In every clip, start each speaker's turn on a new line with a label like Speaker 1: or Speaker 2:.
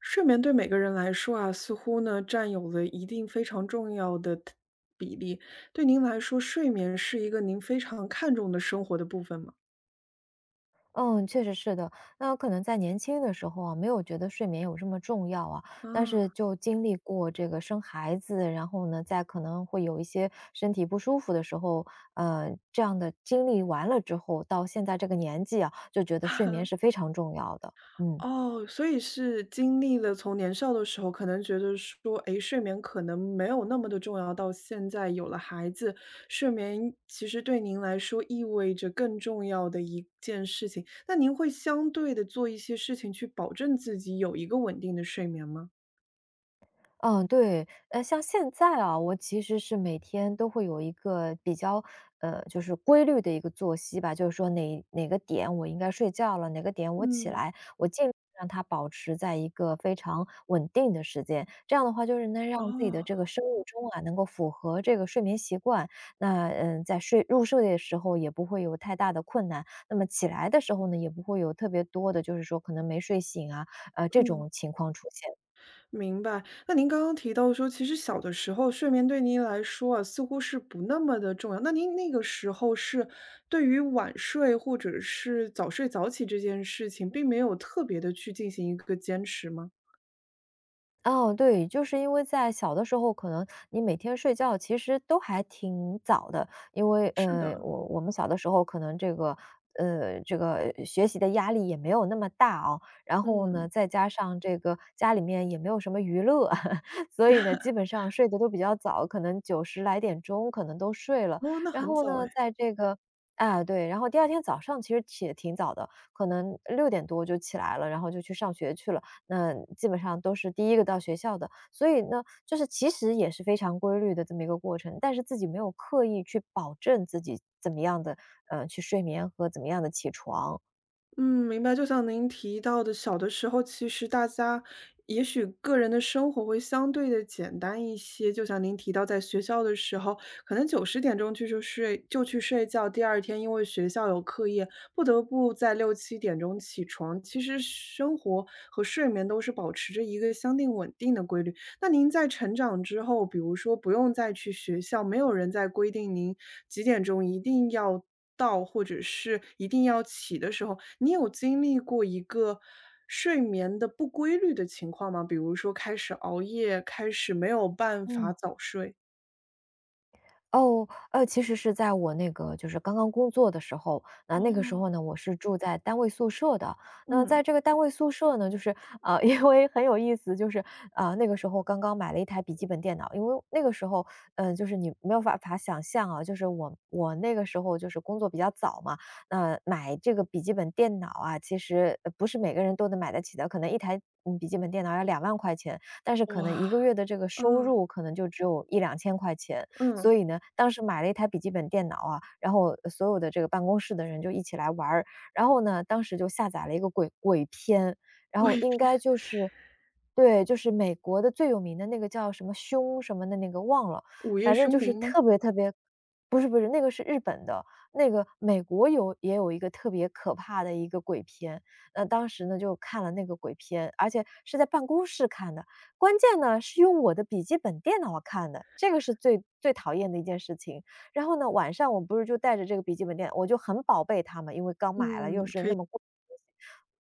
Speaker 1: 睡眠对每个人来说啊，似乎呢占有了一定非常重要的 比例。对您来说，睡眠是一个您非常看重的生活的部分吗？
Speaker 2: 嗯，确实是的。那可能在年轻的时候啊，没有觉得睡眠有这么重要啊，
Speaker 1: 啊，
Speaker 2: 但是就经历过这个生孩子，然后呢，在可能会有一些身体不舒服的时候，这样的经历完了之后，到现在这个年纪啊，就觉得睡眠是非 常重要的。嗯。
Speaker 1: 哦，所以是经历了从年少的时候，可能觉得说，诶，睡眠可能没有那么的重要，到现在有了孩子，睡眠其实对您来说意味着更重要的一件事情。那您会相对的做一些事情去保证自己有一个稳定的睡眠吗？
Speaker 2: 嗯，对，像现在啊，我其实是每天都会有一个比较，就是规律的一个作息吧，就是说哪个点我应该睡觉了，哪个点我起
Speaker 1: 嗯。
Speaker 2: 来，我尽量让它保持在一个非常稳定的时间。这样的话，就是能让自己的
Speaker 1: 哦，
Speaker 2: 这个生物钟啊，能够符合这个睡眠习惯。那在入睡的时候也不会有太大的困难，那么起来的时候呢，也不会有特别多的，就是说可能没睡醒啊，这
Speaker 1: 嗯，
Speaker 2: 种情况出现。
Speaker 1: 明白。那您刚刚提到说，其实小的时候睡眠对您来说啊，似乎是不那么的重要。那您那个时候是对于晚睡或者是早睡早起这件事情，并没有特别的去进行一个坚持吗？
Speaker 2: 哦，对，就是因为在小的时候，可能你每天睡觉其实都还挺早的，因为
Speaker 1: 是的，
Speaker 2: 我们小的时候可能这个学习的压力也没有那么大哦，然后呢，
Speaker 1: 嗯，
Speaker 2: 再加上这个家里面也没有什么娱乐，所以呢，基本上睡得都比较早，可能九十来点钟可能都睡了，
Speaker 1: 哦，那
Speaker 2: 然
Speaker 1: 很
Speaker 2: 后
Speaker 1: 早
Speaker 2: 呢，
Speaker 1: 哎。
Speaker 2: 在这个。啊，对，然后第二天早上其实起得挺早的，可能6点多就起来了，然后就去上学去了。那基本上都是第一个到学校的。所以呢，就是其实也是非常规律的这么一个过程，但是自己没有刻意去保证自己怎么样的，去睡眠和怎么样的起床。
Speaker 1: 嗯，明白。就像您提到的，小的时候其实大家也许个人的生活会相对的简单一些。就像您提到，在学校的时候，可能9、10点钟去就睡就去睡觉，第二天因为学校有课业，不得不在6、7点钟起床。其实生活和睡眠都是保持着一个相对稳定的规律。那您在成长之后，比如说不用再去学校，没有人再规定您几点钟一定要到，或者是一定要起的时候，你有经历过一个睡眠的不规律的情况吗？比如说开始熬夜，开始没有办法
Speaker 2: 嗯。
Speaker 1: 早睡。
Speaker 2: 哦，其实是在我那个就是刚刚工作的时候，那个
Speaker 1: 哦，
Speaker 2: 时候呢，我是住在单位宿舍的。那在
Speaker 1: 嗯，
Speaker 2: 这个单位宿舍呢，就是啊，因为很有意思，就是啊，那个时候刚刚买了一台笔记本电脑，因为那个时候，就是你没有办法想象啊，就是我那个时候就是工作比较早嘛，那、买这个笔记本电脑啊，其实不是每个人都能买得起的，可能一台。嗯，笔记本电脑要2万块钱，但是可能
Speaker 1: 哇，
Speaker 2: 一个月的这个收
Speaker 1: 嗯
Speaker 2: 入可能就只有一两千块钱，所
Speaker 1: 嗯，
Speaker 2: 以呢，当时买了一台笔记本电脑啊，然后所有的这个办公室的人就一起来玩儿。然后呢，当时就下载了一个鬼片，然后
Speaker 1: 贵
Speaker 2: 应
Speaker 1: 必
Speaker 2: 该就是对，就是美国的最有名的那个叫什么凶什么的那个忘了，
Speaker 1: 午夜
Speaker 2: 反正就
Speaker 1: 凶
Speaker 2: 是
Speaker 1: 铃吗？
Speaker 2: 特别特别不是不是，那个是日本的，那个美国也有一个特别可怕的一个鬼片。那当时呢，就看了那个鬼片，而且是在办公室看的。关键呢，是用我的笔记本电脑看的，这个是最最讨厌的一件事情。然后呢，晚上我不是就带着这个笔记本电脑我就很宝贝它嘛，因为刚买了，又是那么贵的东西。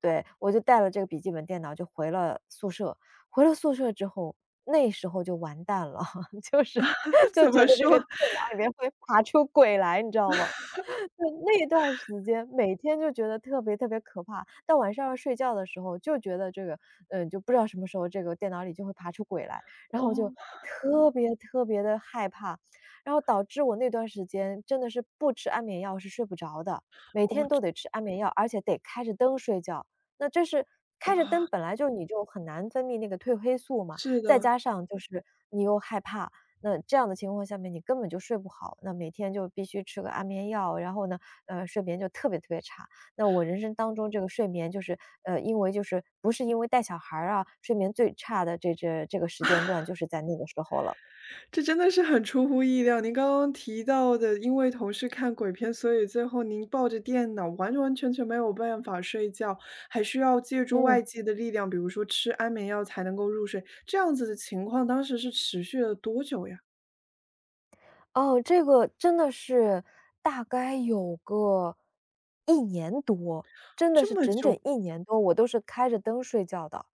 Speaker 2: 对，我就带了这个笔记本电脑就回了宿舍，回了宿舍之后，那时候就完蛋了，就是 就
Speaker 1: 怎
Speaker 2: 觉
Speaker 1: 么
Speaker 2: 得这个
Speaker 1: 说？
Speaker 2: 电脑里面会爬出鬼来，你知道吗？就那段时间每天就觉得特别特别可怕，到晚上要睡觉的时候就觉得这个就不知道什么时候这个电脑里就会爬出鬼来，然后我就
Speaker 1: 哦，
Speaker 2: 特别特别的害怕，然后导致我那段时间真的是不吃安眠药是睡不着的，每天都得吃安眠药，而且得开着灯睡觉。那这是开着灯
Speaker 1: 哇，
Speaker 2: 本来就你就很难分泌那个褪黑素嘛，
Speaker 1: 是
Speaker 2: 再
Speaker 1: 的。
Speaker 2: 加上就是你又害怕，那这样的情况下面你根本就睡不好，那每天就必须吃个安眠药，然后呢，睡眠就特别特别差。那我人生当中这个睡眠就是，因为就是不是因为带小孩儿啊，睡眠最差的这个时间段就是在那个时候了。
Speaker 1: 这真的是很出乎意料。您刚刚提到的，因为同事看鬼片，所以最后您抱着电脑，完完全全没有办法睡觉，还需要借助
Speaker 2: 嗯，
Speaker 1: 外界的力量，比如说吃安眠药才能够入睡。这样子的情况，当时是持续了多久呀？
Speaker 2: 哦，这个真的是大概有个一年多，真的是整整一年多，我都是开着灯睡觉的。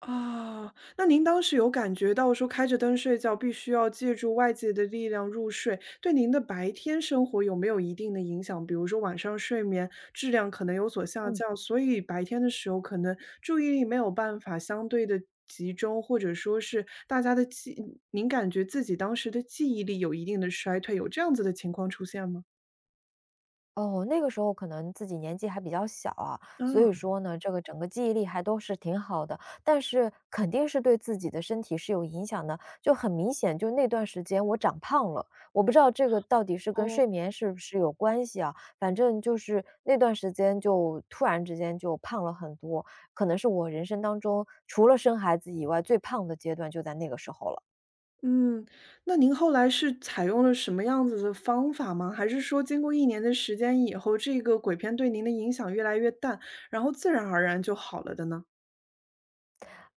Speaker 1: 啊，那您当时有感觉到说开着灯睡觉，必须要借助外界的力量入睡，对您的白天生活有没有一定的影响？比如说晚上睡眠质量可能有所下
Speaker 2: 嗯。
Speaker 1: 降，所以白天的时候可能注意力没有办法相对的集中，或者说是大家的记，您感觉自己当时的记忆力有一定的衰退，有这样子的情况出现吗？
Speaker 2: 哦，那个时候可能自己年纪还比较小啊，所以说呢，这个整个记忆力还都是挺好的，但是肯定是对自己的身体是有影响的。就很明显，就那段时间我长胖了，我不知道这个到底是跟
Speaker 1: 啊，
Speaker 2: 睡眠是不是有关系啊？反正就是那段时间就突然之间就胖了很多，可能是我人生当中除了生孩子以外最胖的阶段就在那个时候了。
Speaker 1: 嗯，那您后来是采用了什么样子的方法吗？还是说经过一年的时间以后，这个鬼片对您的影响越来越淡，然后自然而然就好了的呢？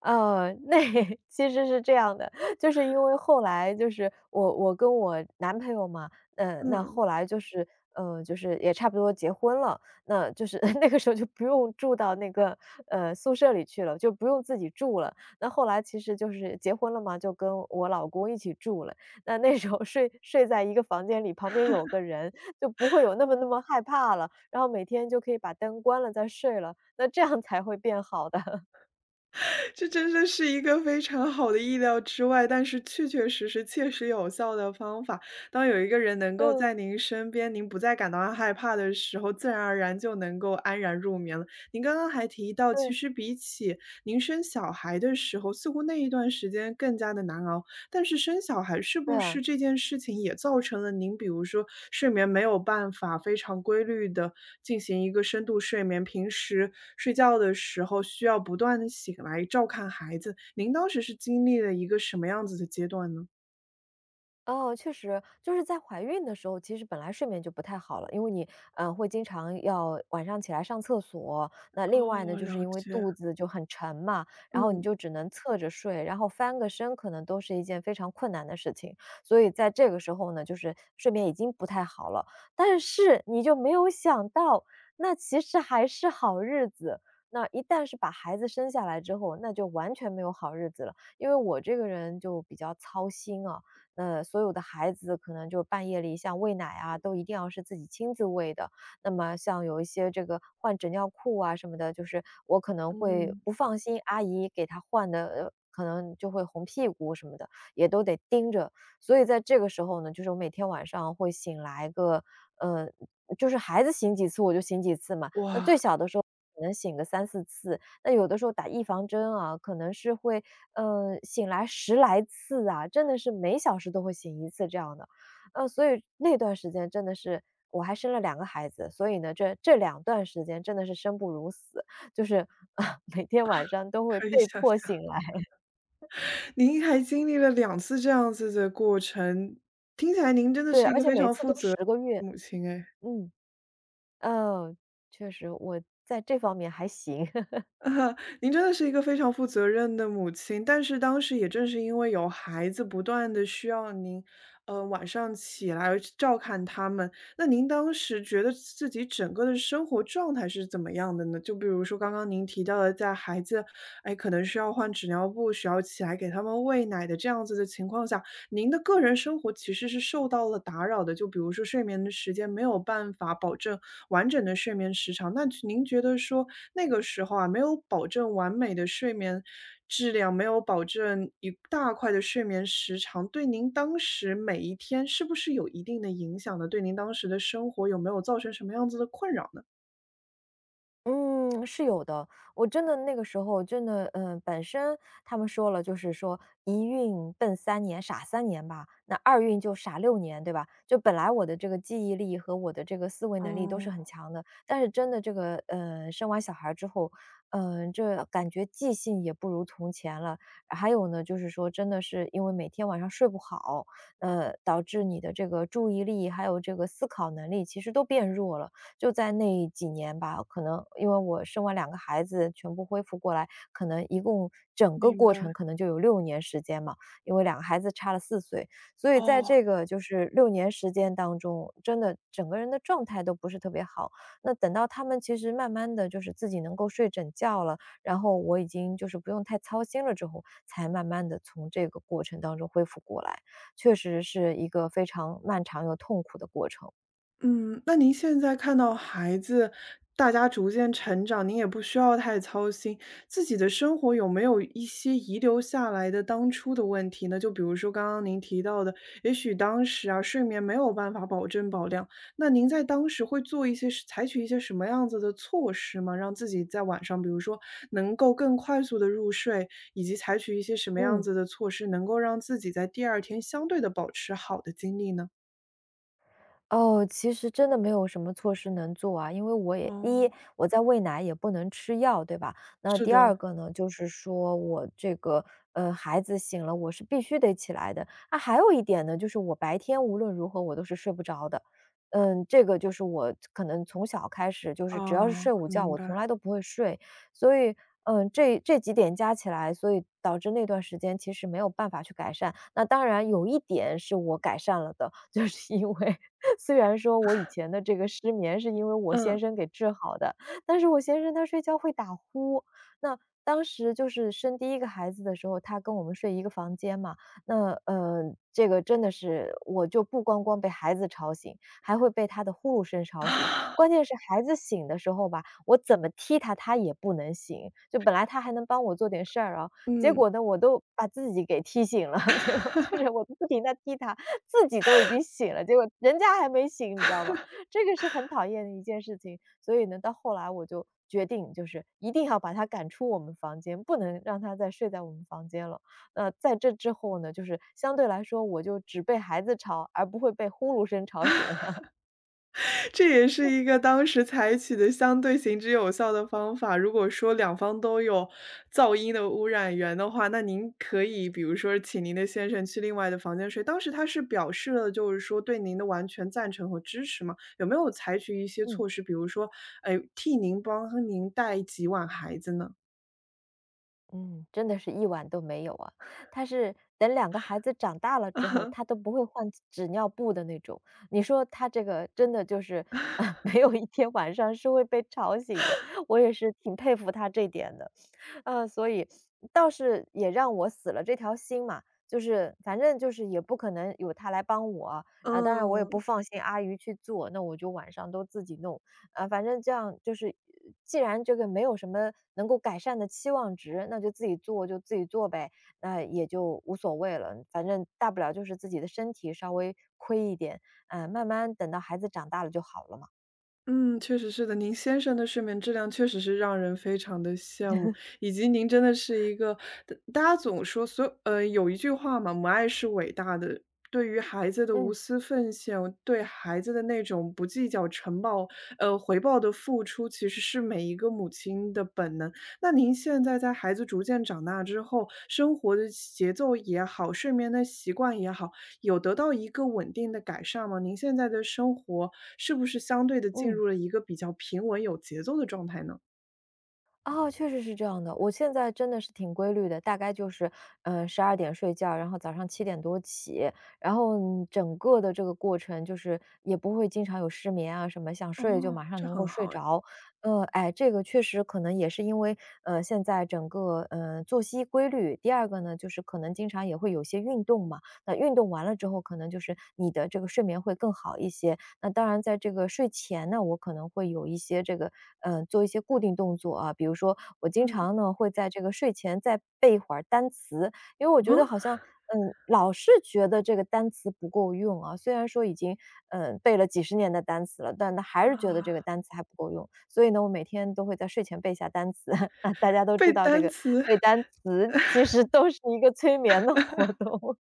Speaker 2: 那 其实是这样的，就是因为后来就是我跟我男朋友嘛，那
Speaker 1: 嗯，
Speaker 2: 后来就是，就是也差不多结婚了，那就是 那个时候就不用住到那个宿舍里去了，就不用自己住了。那后来其实就是结婚了嘛，就跟我老公一起住了。那那时候睡在一个房间里，旁边有个人，就不会有那么那么害怕了。然后每天就可以把灯关了再睡了，那这样才会变好的。
Speaker 1: 这真的是一个非常好的意料之外，但是确确实实、切实有效的方法。当有一个人能够
Speaker 2: 嗯，
Speaker 1: 在您身边，您不再感到害怕的时候，自然而然就能够安然入眠了。您刚刚还提到，其
Speaker 2: 对。
Speaker 1: 实比起您生小孩的时候，似乎那一段时间更加的难熬。但是生小孩是
Speaker 2: 对
Speaker 1: 不
Speaker 2: 啊，
Speaker 1: 是这件事情也造成了您，比如说睡眠没有办法非常规律的进行一个深度睡眠，平时睡觉的时候需要不断的醒来照看孩子，您当时是经历了一个什么样子的阶段呢？
Speaker 2: 哦，确实，就是在怀孕的时候，其实本来睡眠就不太好了，因为你，会经常要晚上起来上厕所。那另外呢，
Speaker 1: 哦，
Speaker 2: 就是
Speaker 1: 了
Speaker 2: 因为
Speaker 1: 解，
Speaker 2: 肚子就很沉嘛，然后你
Speaker 1: 嗯。
Speaker 2: 就只能侧着睡，然后翻个身可能都是一件非常困难的事情。所以在这个时候呢，就是睡眠已经不太好了，但是你就没有想到，那其实还是好日子。那一旦是把孩子生下来之后，那就完全没有好日子了。因为我这个人就比较操心啊，所有的孩子可能就半夜里像喂奶啊，都一定要是自己亲自喂的。那么像有一些这个换纸尿裤啊什么的，就是我可能会
Speaker 1: 嗯，
Speaker 2: 不放心阿姨给他换的，可能就会红屁股什么的，也都得盯着。所以在这个时候呢，就是我每天晚上会醒来个，呃，就是孩子醒几次我就醒几次嘛。那最
Speaker 1: 哇，
Speaker 2: 小的时候可能醒个三四次，那有的时候打预防针啊，可能是会，醒来十来次啊，真的是每小时都会醒一次这样的。所以那段时间真的是我还生了两个孩子，所以呢，这两段时间真的是生不如死，就是 呃每天晚上都会
Speaker 1: 可以
Speaker 2: 被
Speaker 1: 想象，
Speaker 2: 迫醒来。
Speaker 1: 您还经历了两次这样子的过程，听起来您真的
Speaker 2: 对，
Speaker 1: 是一
Speaker 2: 而
Speaker 1: 个
Speaker 2: 且
Speaker 1: 非
Speaker 2: 每
Speaker 1: 常
Speaker 2: 次
Speaker 1: 负
Speaker 2: 都
Speaker 1: 责任
Speaker 2: 10个月。
Speaker 1: 的母亲哎。
Speaker 2: 嗯，呃，确实我在这方面还行。
Speaker 1: 啊您真的是一个非常负责任的母亲，但是当时也正是因为有孩子不断的需要您，晚上起来照看他们，那您当时觉得自己整个的生活状态是怎么样的呢？就比如说刚刚您提到的在孩子，哎，可能需要换纸尿布，需要起来给他们喂奶的这样子的情况下，您的个人生活其实是受到了打扰的，就比如说睡眠的时间没有办法保证完整的睡眠时长，那您觉得说那个时候啊，没有保证完美的睡眠质量，没有保证一大块的睡眠时长，对您当时每一天是不是有一定的影响呢？对您当时的生活有没有造成什么样子的困扰呢？
Speaker 2: 嗯，是有的。我真的那个时候真的，本身他们说了，就是说一孕笨三年，傻三年吧，那二孕就傻六年，对吧？就本来我的这个记忆力和我的这个思维能力都是很
Speaker 1: 哦。
Speaker 2: 强的，但是真的这个，生完小孩之后，这感觉记性也不如从前了。还有呢，就是说真的是因为每天晚上睡不好，导致你的这个注意力还有这个思考能力其实都变弱了。就在那几年吧，可能因为我生完两个孩子全部恢复过来，可能一共整个
Speaker 1: 明
Speaker 2: 过程
Speaker 1: 白，
Speaker 2: 可能就有六年时间嘛，因为两个孩子差了4岁。所以在
Speaker 1: 哦。
Speaker 2: 这个就是六年时间当中，真的整个人的状态都不是特别好。那等到他们其实慢慢的就是自己能够睡整觉了，然后我已经就是不用太操心了之后，才慢慢的从这个过程当中恢复过来，确实是一个非常漫长又痛苦的过程。
Speaker 1: 嗯，那您现在看到孩子，大家逐渐成长，您也不需要太操心自己的生活有没有一些遗留下来的当初的问题呢？就比如说刚刚您提到的，也许当时啊，睡眠没有办法保证保量，那您在当时会做一些是采取一些什么样子的措施吗？让自己在晚上，比如说能够更快速的入睡，以及采取一些什么样
Speaker 2: 嗯。
Speaker 1: 子的措施，能够让自己在第二天相对的保持好的精力呢？
Speaker 2: 哦，其实真的没有什么措施能做啊，因为
Speaker 1: 哦，
Speaker 2: 我在喂奶也不能吃药，对吧？那
Speaker 1: 是
Speaker 2: 第二
Speaker 1: 的。
Speaker 2: 个呢，就是说我这个孩子醒了，我是必须得起来的。那、还有一点呢，就是我白天无论如何我都是睡不着的。嗯，这个就是我可能从小开始就是只要是
Speaker 1: 哦，
Speaker 2: 睡午觉，
Speaker 1: 明
Speaker 2: 我从
Speaker 1: 白。
Speaker 2: 来都不会睡，所以。嗯，这几点加起来，所以导致那段时间其实没有办法去改善。那当然有一点是我改善了的，就是因为 虽然说我以前的这个失眠是因为我先
Speaker 1: 嗯。
Speaker 2: 生给治好的，但是我先生他睡觉会打呼。那当时就是生第1个孩子的时候，他跟我们睡一个房间嘛，那，这个真的是我就不光光被孩子吵醒，还会被他的呼噜声 吵醒。
Speaker 1: 啊，
Speaker 2: 关键是孩子醒的时候吧，我怎么踢他，他也不能醒。就本来他还能帮我做点事儿啊，结
Speaker 1: 嗯。
Speaker 2: 果呢，我都把自己给踢醒了，结果就是我不停地踢他，自己都已经醒了，结果人家还没醒，你知道吗？这个是很讨厌的一件事情。所以呢，到后来我就决定，就是一定要把他赶出我们房间，不能让他再睡在我们房间了。那在这之后呢，就是相对来说，我就只被孩子吵，而不会被呼噜声吵醒了。
Speaker 1: 这也是一个当时采取的相对行之有效的方法。如果说两方都有噪音的污染源的话，那您可以比如说请您的先生去另外的房间睡。当时他是表示了就是说对您的完全赞成和支持吗？有没有采取一些
Speaker 2: 嗯。
Speaker 1: 措施，比如说，哎，替您帮您带几晚孩子呢？
Speaker 2: 嗯，真的是一晚都没有啊。他是等两个孩子长大了之后，他都 不会换纸尿布的那种。你说他这个真的就是，没有一天晚上是会被吵醒的，我也是挺佩服他这点的。嗯，所以倒是也让我死了这条心嘛，就是反正就是也不可能有他来帮我，当然我也不
Speaker 1: 嗯。
Speaker 2: 放心阿姨去做，那我就晚上都自己弄，反正这样就是既然这个没有什么能够改善的期望值，那就自己做就自己做呗，那也就无所谓了，反正大不了就是自己的身体稍微亏一点，嗯，慢慢等到孩子长大了就好了嘛。
Speaker 1: 嗯，确实是的。您先生的睡眠质量确实是让人非常的羡慕，以及您真的是一个大大家总说所有有一句话嘛，母爱是伟大的。对于孩子的无
Speaker 2: 嗯。
Speaker 1: 私奉献，对孩子的那种不计较承报回报的付出，其实是每一个母亲的本能。那您现在在孩子逐渐长大之后，生活的节奏也好，睡眠的习惯也好，有得到一个稳定的改善吗？您现在的生活是不是相对的进
Speaker 2: 嗯。
Speaker 1: 入了一个比较平稳、有节奏的状态呢？
Speaker 2: 哦，确实是这样的。我现在真的是挺规律的，大概就是，嗯，12点睡觉，然后早上7点多起，然后嗯整个的这个过程就是也不会经常有失眠啊什么，想
Speaker 1: 哦，
Speaker 2: 睡就马上
Speaker 1: 这
Speaker 2: 能够
Speaker 1: 很
Speaker 2: 睡
Speaker 1: 好哎，
Speaker 2: 着。哎，这个确实可能也是因为，现在整个作息规律。第二个呢，就是可能经常也会有些运动嘛，那运动完了之后，可能就是你的这个睡眠会更好一些。那当然在这个睡前呢，我可能会有一些这个，嗯，做一些固定动作啊，比如说我经
Speaker 1: 嗯，
Speaker 2: 常呢，会在这个睡前再背一会儿单词，因为我觉得好
Speaker 1: 啊
Speaker 2: 像，嗯，老是觉得这个单词不够用啊，虽然说已经，嗯，背了几十年的单词了，但还是觉得这
Speaker 1: 啊。
Speaker 2: 个单词还不够用。所以呢，我每天都会在睡前背一下单词，啊，大家都知
Speaker 1: 背
Speaker 2: 道这
Speaker 1: 单
Speaker 2: 个
Speaker 1: 词？
Speaker 2: 背单词其实都是一个催眠的活动。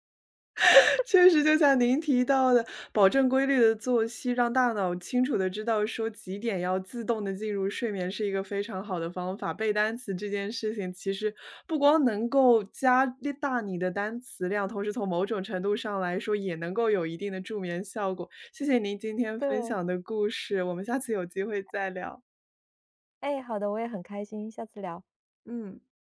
Speaker 1: 确实，就像您提到的，保证规律的作息，让大脑清楚的知道说几点要自动的进入睡眠，是一个非常好的方法。背单词这件事情，其实不光能够加大你的单词量，同时从某种程度上来说，也能够有一定的助眠效果。谢谢您今天分
Speaker 2: 对，
Speaker 1: 享的故事，我们下次有机会再聊。
Speaker 2: 哎，好的，我也很开心，下次聊。
Speaker 1: 嗯。